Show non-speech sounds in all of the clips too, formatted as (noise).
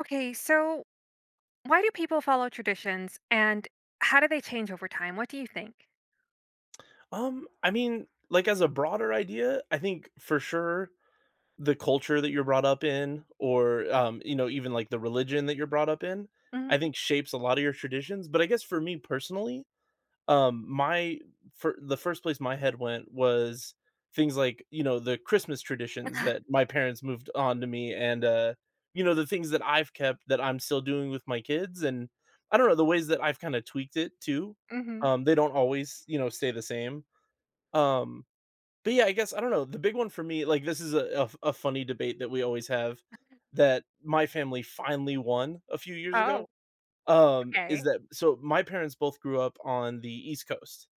Okay, so why do people follow traditions and how do they change over time? What do you think? I mean, like as a broader idea, I think for sure the culture that you're brought up in or you know, even like the religion that you're brought up in, I Hmm. think shapes a lot of your traditions. But I guess for me personally, my for the first place my head went was things like, you know, the Christmas traditions that my parents moved on to me and you know, the things that I've kept that I'm still doing with my kids and I don't know, the ways that I've kind of tweaked it too. Hmm. They don't always, you know, stay the same um, but yeah, I guess, I don't know, the big one for me like, this is a funny debate that we always have that my family finally won a few (laughs) years ago, Oh, is okay. that so my parents both grew up on the East Coast,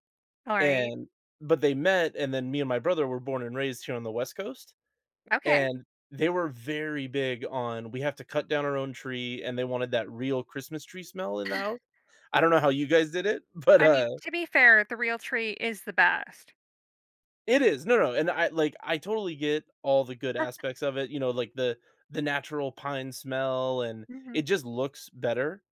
All right. and but they met, and then me and my brother were born and raised here on the West Coast, Okay. and they were very big on, "We have to cut down our own tree," and they wanted that real Christmas tree smell in the house. I don't know how you guys did it, (laughs) but, I mean, to be fair, the real tree is the best. it is. No, no, and I totally get all the good aspects of it, you know, like the natural pine smell and Hmm. it just looks better.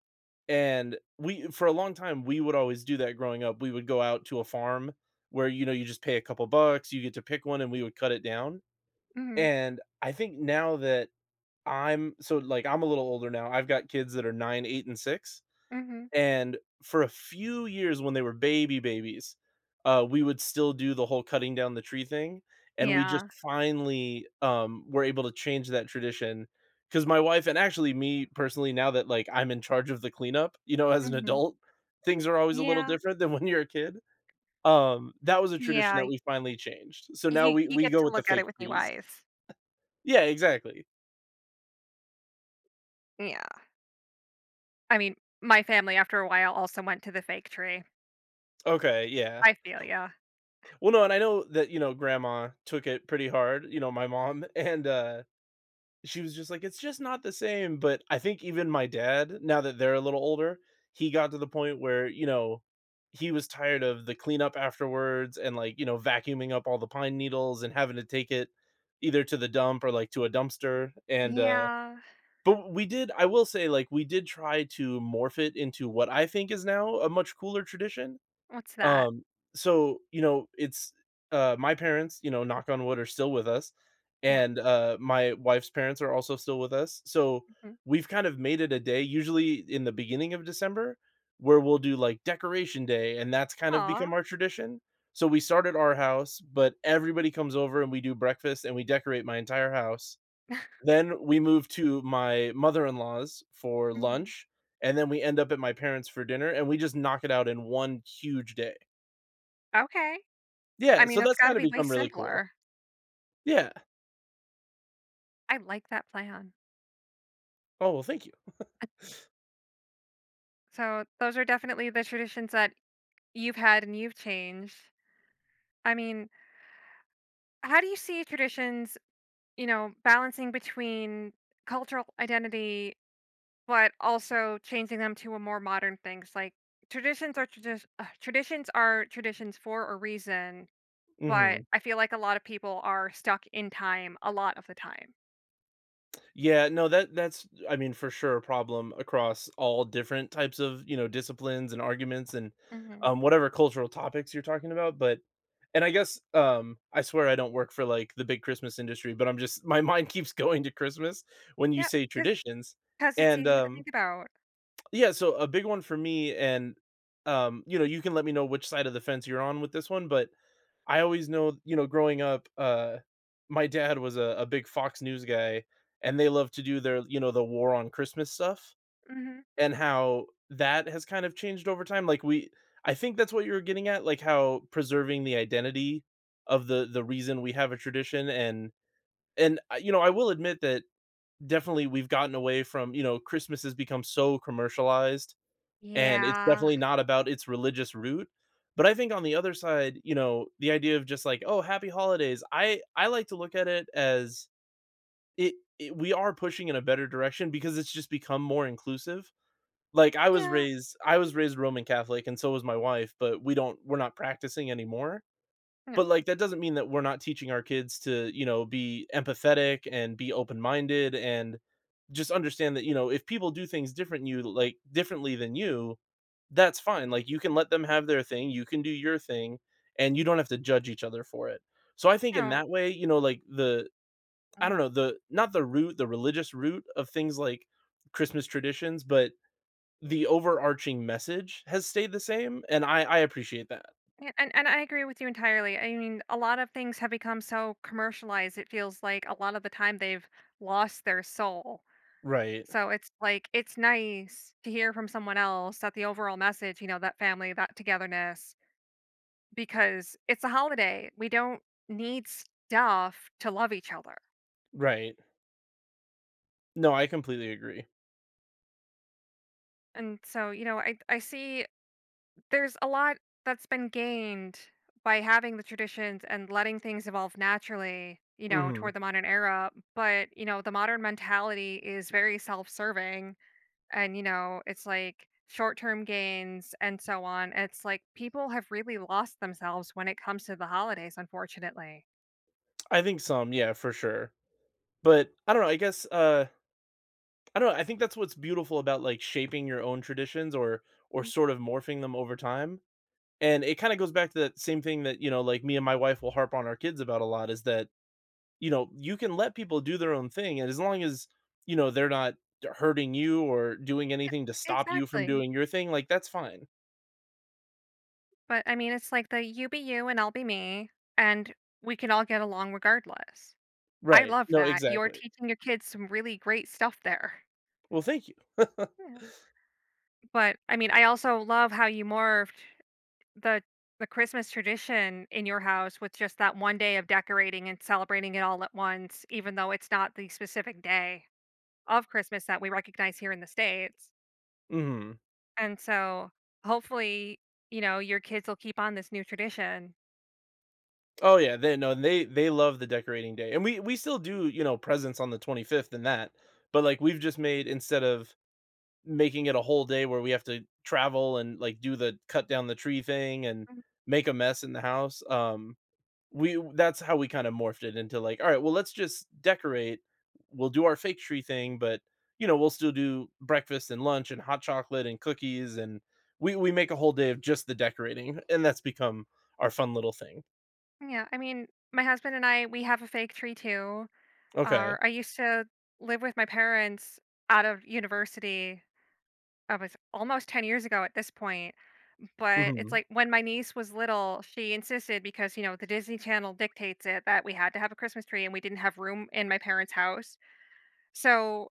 And we for a long time we would always do that growing up. We would go out to a farm where you know you just pay a couple bucks, you get to pick one and we would cut it down. Hmm. And I think now that I'm so like I'm a little older now. I've got kids that are 9, 8 and 6 Hmm. and for a few years when they were baby babies, we would still do the whole cutting down the tree thing, and we just Yeah. finally, were able to change that tradition because my wife and actually me personally, now that, like, I'm in charge of the cleanup, you know, as an Hmm. adult, things are always a little Yeah. different than when you're a kid. That was a tradition Yeah. that we finally changed. So now You we you we get go to with the look at it fake with new trees. eyes. Yeah, exactly. Yeah. I mean, my family after a while also went to the fake tree. Okay, yeah. I feel ya. Well, no, and I know that, you know, grandma took it pretty hard, you know, my mom, (laughs) and, she was just like, "It's just not the same," but I think even my dad, now that they're a little older, he got to the point where, you know, he was tired of the cleanup afterwards and, like, you know, vacuuming up all the pine needles and having to take it either to the dump or, like, to a dumpster, and, Yeah. but we did I will say, like, we did try to morph it into what I think is now a much cooler tradition, What's that? um, so, you know, it's my parents, you know, knock on wood, are still with us, Yeah. and my wife's parents are also still with us. So Hmm. we've kind of made it a day, usually in the beginning of December, where we'll do like decoration day, and that's kind of Aw. become our tradition. So we start at our house, but everybody comes over and we do breakfast and we decorate my entire house. (laughs) Then we move to my mother-in-law's for Hmm. lunch, and then we end up at my parents for dinner, and we just knock it out in one huge day. Okay. I Yeah, so mean, it's that's gotta kind of be way become really cool. simpler. Yeah. I like that plan. Oh, well, thank you. So, those are definitely the traditions that you've had and you've changed. I mean, how do you see traditions, balancing between cultural identity, but also changing them to a more modern things? Like, traditions are traditions are traditions for a reason, but Mhm. I feel like a lot of people are stuck in time a lot of the time. Yeah, no, that that's I mean, for sure, a problem across all different types of, you know, disciplines and arguments and, Mhm. Whatever cultural topics you're talking about, but and I guess, I swear I don't work for, like, the big Christmas industry, but I'm just (laughs) my mind keeps going to Christmas when you Yep, say traditions, because it's and, easy to think about. yeah, so a big one for me and, you know, you can let me know which side of the fence you're on with this one, but I always know, you know, growing up, my dad was a big Fox News guy, and they love to do their, you know, the war on Christmas stuff Mhm. and how that has kind of changed over time. I think that's what you were getting at, like how preserving the identity of the reason we have a tradition and and you know, I will admit that definitely we've gotten away from, you know, Christmas has become so commercialized and it's Yeah. definitely not about its religious root, but I think on the other side, you know, the idea of just like, "Oh, happy holidays." I like to look at it as it it we are pushing in a better direction because it's just become more inclusive. Like, Yeah, I was raised Roman Catholic and so was my wife, but we're not practicing anymore. no, But, like, that doesn't mean that we're not teaching our kids to, you know, be empathetic and be open-minded and just understand that, you know, if people do things differently than you that's fine, like, you can let them have their thing, you can do your thing, and you don't have to judge each other for it. So I think in no. that way, you know, like, the I um, don't know, the not the root the religious root of things like Christmas traditions, but the overarching message has stayed the same, and I appreciate that. yeah, and I agree with you entirely. I mean, a lot of things have become so commercialized. It feels like a lot of the time they've lost their soul. Right, So it's like it's nice to hear from someone else that the overall message, that family, that togetherness, because it's a holiday. We don't need stuff to love each other. right. No, I completely agree. And so, I see. There's a lot that's been gained by having the traditions and letting things evolve naturally, Mhm. toward the modern era. But, the modern mentality is very self serving. And, it's like short term gains and so on. It's like people have really lost themselves when it comes to the holidays, unfortunately. I think some, yeah, for sure. But I don't know, I guess, I don't know, I think that's what's beautiful about, like, shaping your own traditions or sort of morphing them over time. And it kinda goes back to that same thing that, you know, like, me and my wife will harp on our kids about a lot is that, you know, you can let people do their own thing, and as long as, you know, they're not hurting you or doing Yeah, anything to stop you from exactly. doing your thing, like, that's fine. But I mean, it's like the you be you and I'll be me. And we can all get along regardless. I Right. love No, that. You're exactly. teaching your kids some really great stuff there. Well, thank you. (laughs) Yeah. But, I mean, I also love how you morphed the the Christmas tradition in your house with just that one day of decorating and celebrating it all at once, even though it's not the specific day of Christmas that we recognize here in the States. Mhm. And so, hopefully, your kids will keep on this new tradition. Oh, yeah, they no, they love the decorating day, and we still do, you know, presents on the 25th and that, but, like, we've just made instead of making it a whole day where we have to travel and like do the cut down the tree thing and Mm. make a mess in the house. We That's how we kind of morphed it into like, all right, well, let's just decorate. We'll do our fake tree thing, but you know, we'll still do breakfast and lunch and hot chocolate and cookies and we make a whole day of just the decorating, and that's become our fun little thing. Yeah, I mean, my husband and I, we have a fake tree too. Okay. Or I used to live with my parents out of university. I was almost 10 years ago at this point. But it's Hmm. like when my niece was little, she insisted because, the Disney Channel dictates it that we had to have a Christmas tree and we didn't have room in my parents' house. So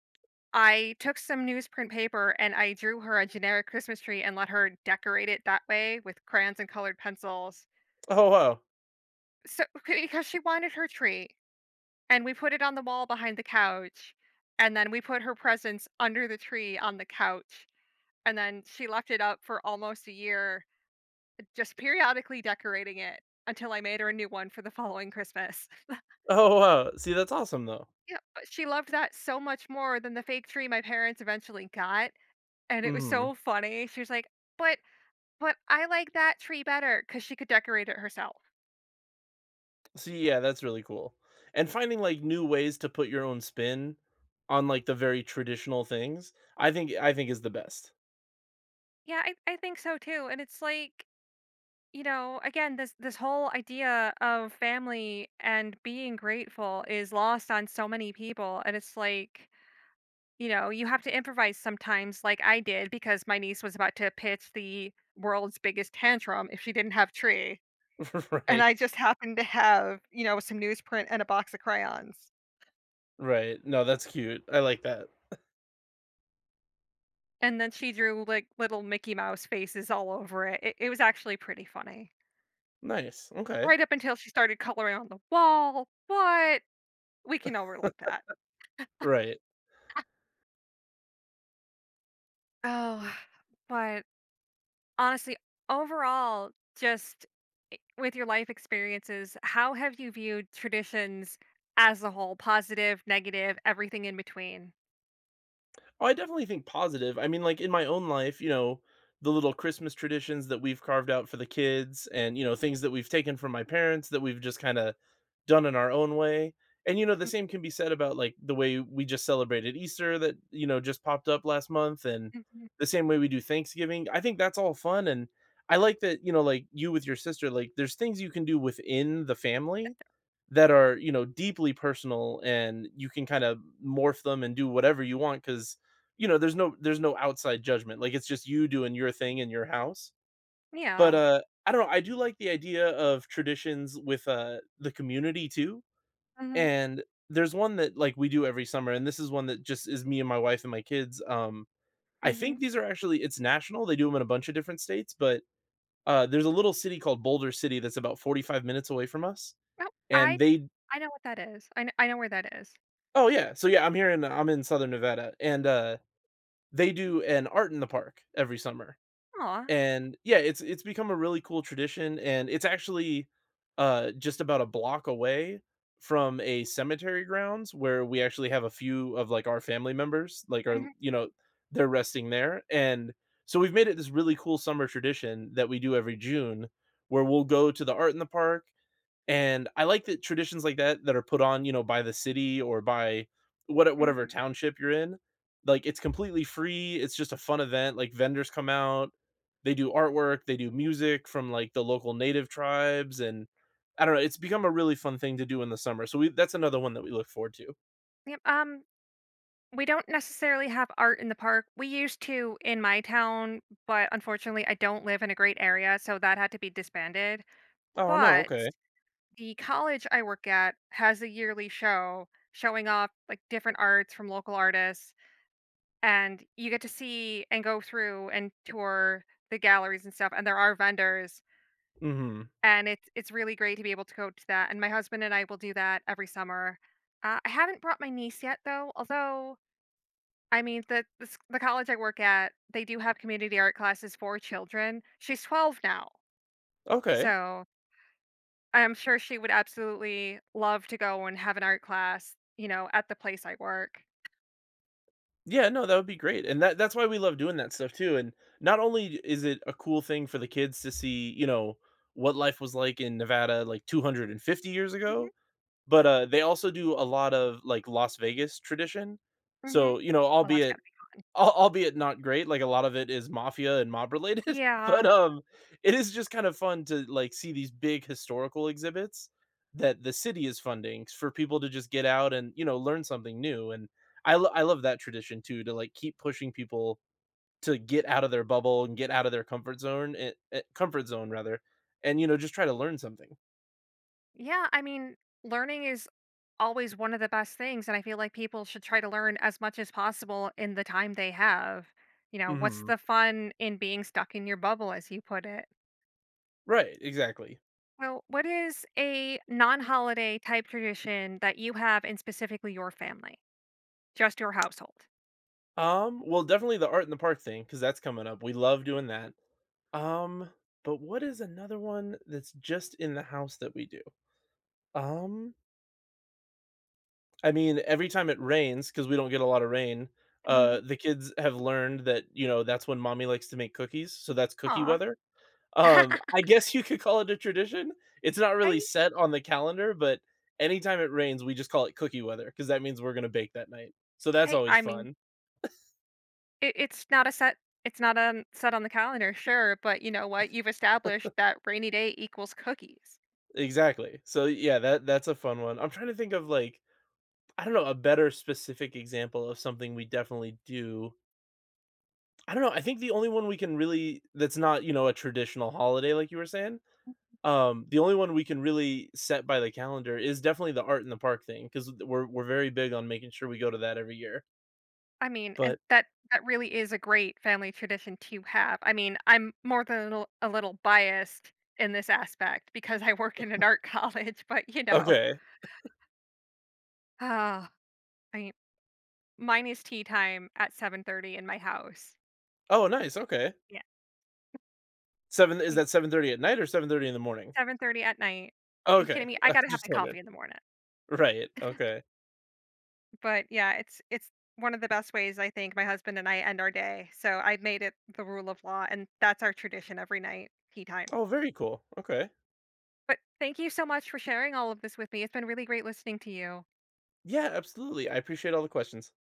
I took some newsprint paper and I drew her a generic Christmas tree and let her decorate it that way with crayons and colored pencils. Oh, wow. So (laughs) because she wanted her tree and we put it on the wall behind the couch and then we put her presents under the tree on the couch and then she left it up for almost a year just periodically decorating it until I made her a new one for the following Christmas. (laughs) Oh, wow. See, that's awesome though. Yeah, but she loved that so much more than the fake tree my parents eventually got, and it was Mhm. so funny. She was like, "But but I like that tree better because she could decorate it herself." See, yeah, that's really cool. And finding, like, new ways to put your own spin on, like, the very traditional things, I think is the best. Yeah, I think so too, and it's like, again, this whole idea of family and being grateful is lost on so many people, and it's like, you know, you have to improvise sometimes like I did because my niece was about to pitch the world's biggest tantrum if she didn't have tree, (laughs) and Right, I just happened to have, some newsprint and a box of crayons. right. No, that's cute. I like that. And then she drew, like, little Mickey Mouse faces all over it. It was actually pretty funny. Nice, okay. Right up until she started coloring on the wall, but we can overlook that. Right. Oh, but honestly, overall, just with your life experiences, how have you viewed traditions as a whole? Positive, negative, everything in between? Oh, I definitely think positive. I mean, like in my own life, you know, the little Christmas traditions that we've carved out for the kids and, you know, things that we've taken from my parents that we've just kind of done in our own way. And, you know, the same can be said about like the way we just celebrated Easter that, you know, just popped up last month and Mhm. the same way we do Thanksgiving. I think that's all fun. And I like that, you know, like you with your sister, like there's things you can do within the family that are, you know, deeply personal and you can kind of morph them and do whatever you want cuz you know, there's no outside judgment. Like it's just you doing your thing in your house. But Yeah. I don't know, I do like the idea of traditions with the community too. Hmm. And there's one that like we do every summer and this is one that just is me and my wife and my kids. I Hmm. think these are actually it's national. They do them in a bunch of different states, but there's a little city called Boulder City that's about 45 minutes away from us No, and I they I know what that is. I know where that is. oh, yeah. So, yeah, I'm here in I'm in Southern Nevada, and, they do an art in the park every summer, Aw. and, yeah, it's become a really cool tradition, and it's actually, just about a block away from a cemetery grounds where we actually have a few of, like, our family members, like, our Hmm. you know, they're resting there, and so we've made it this really cool summer tradition that we do every June where we'll go to the art in the park, and I like that traditions like that that are put on, you know, by the city or by whatever Hmm. township you're in. Like it's completely free. It's just a fun event. Like vendors come out, they do artwork, they do music from like the local native tribes and I don't know, it's become a really fun thing to do in the summer. So we that's another one that we look forward to. Yep. We don't necessarily have art in the park. We used to in my town, but unfortunately, I don't live in a great area, so that had to be disbanded. Oh, no, But okay. the college I work at has a yearly show showing off like different arts from local artists, and you get to see and go through and tour the galleries and stuff, and there are vendors, Mhm. and it's really great to be able to go to that. And my husband and I will do that every summer. I haven't brought my niece yet though, although I mean the college I work at, they do have community art classes for children. She's 12 now, Okay. so I'm sure she would absolutely love to go and have an art class, at the place I work. Yeah, no, that would be great, and that that's why we love doing that stuff too, and not only is it a cool thing for the kids to see, you know, what life was like in Nevada, like, 250 years Mhm, ago, but, they also do a lot of, like, Las Vegas tradition, mhm. so, you know, Well, that's gotta be albeit not great, like, a lot of it is mafia and mob related, (laughs) but, Yeah. It is just kind of fun to, like, see these big historical exhibits that the city is funding for people to just get out and, you know, learn something new, and I love that tradition too, to, like, keep pushing people to get out of their bubble and get out of their comfort zone rather, and, you know, just try to learn something. Yeah, I mean, learning is always one of the best things, and I feel like people should try to learn as much as possible in the time they have. You know, what's Mhm. the fun in being stuck in your bubble, as you put it? Right, exactly. Well, what is a non-holiday type tradition that you have in specifically your family? Just your household? Well, definitely the art in the park thing because that's coming up. We love doing that. Um, but what is another one that's just in the house that we do? Um, I mean, every time it rains, because we don't get a lot of rain, Mhm. The kids have learned that, you know, that's when mommy likes to make cookies, so that's cookie Aw. weather. I (laughs) guess you could call it a tradition. It's not really I set on the calendar, but anytime it rains, we just call it cookie weather because that means we're gonna bake that night. So that's I always I mean, fun. it it's not a set it's not a set on the calendar, sure, but you know what? You've established that rainy day equals cookies. Exactly. So yeah, that that's a fun one. I'm trying to think of like I don't know, a better specific example of something we definitely do I don't know, I think the only one we can really that's not, you know, a traditional holiday like you were saying, the only one we can really set by the calendar is definitely the art in the park thing because we're very big on making sure we go to that every year, I mean, and but that really is a great family tradition to have. I mean, I'm more than a little biased in this aspect because I work in an art (laughs) college, but okay. ah, I mean, mine is tea time at 7:30 in my house. Oh, nice, okay. Yeah, 7, is that 7:30 at night or 7:30 in the morning? 7:30 at night. Are you Okay, kidding me? (laughs) I I got to have just my wondered. coffee in the morning. Right, okay. But yeah, it's one of the best ways I think my husband and I end our day. So I've made it the rule of law, and that's our tradition every night, tea time. Oh, very cool, okay. But thank you so much for sharing all of this with me. It's been really great listening to you. Yeah, absolutely, I appreciate all the questions.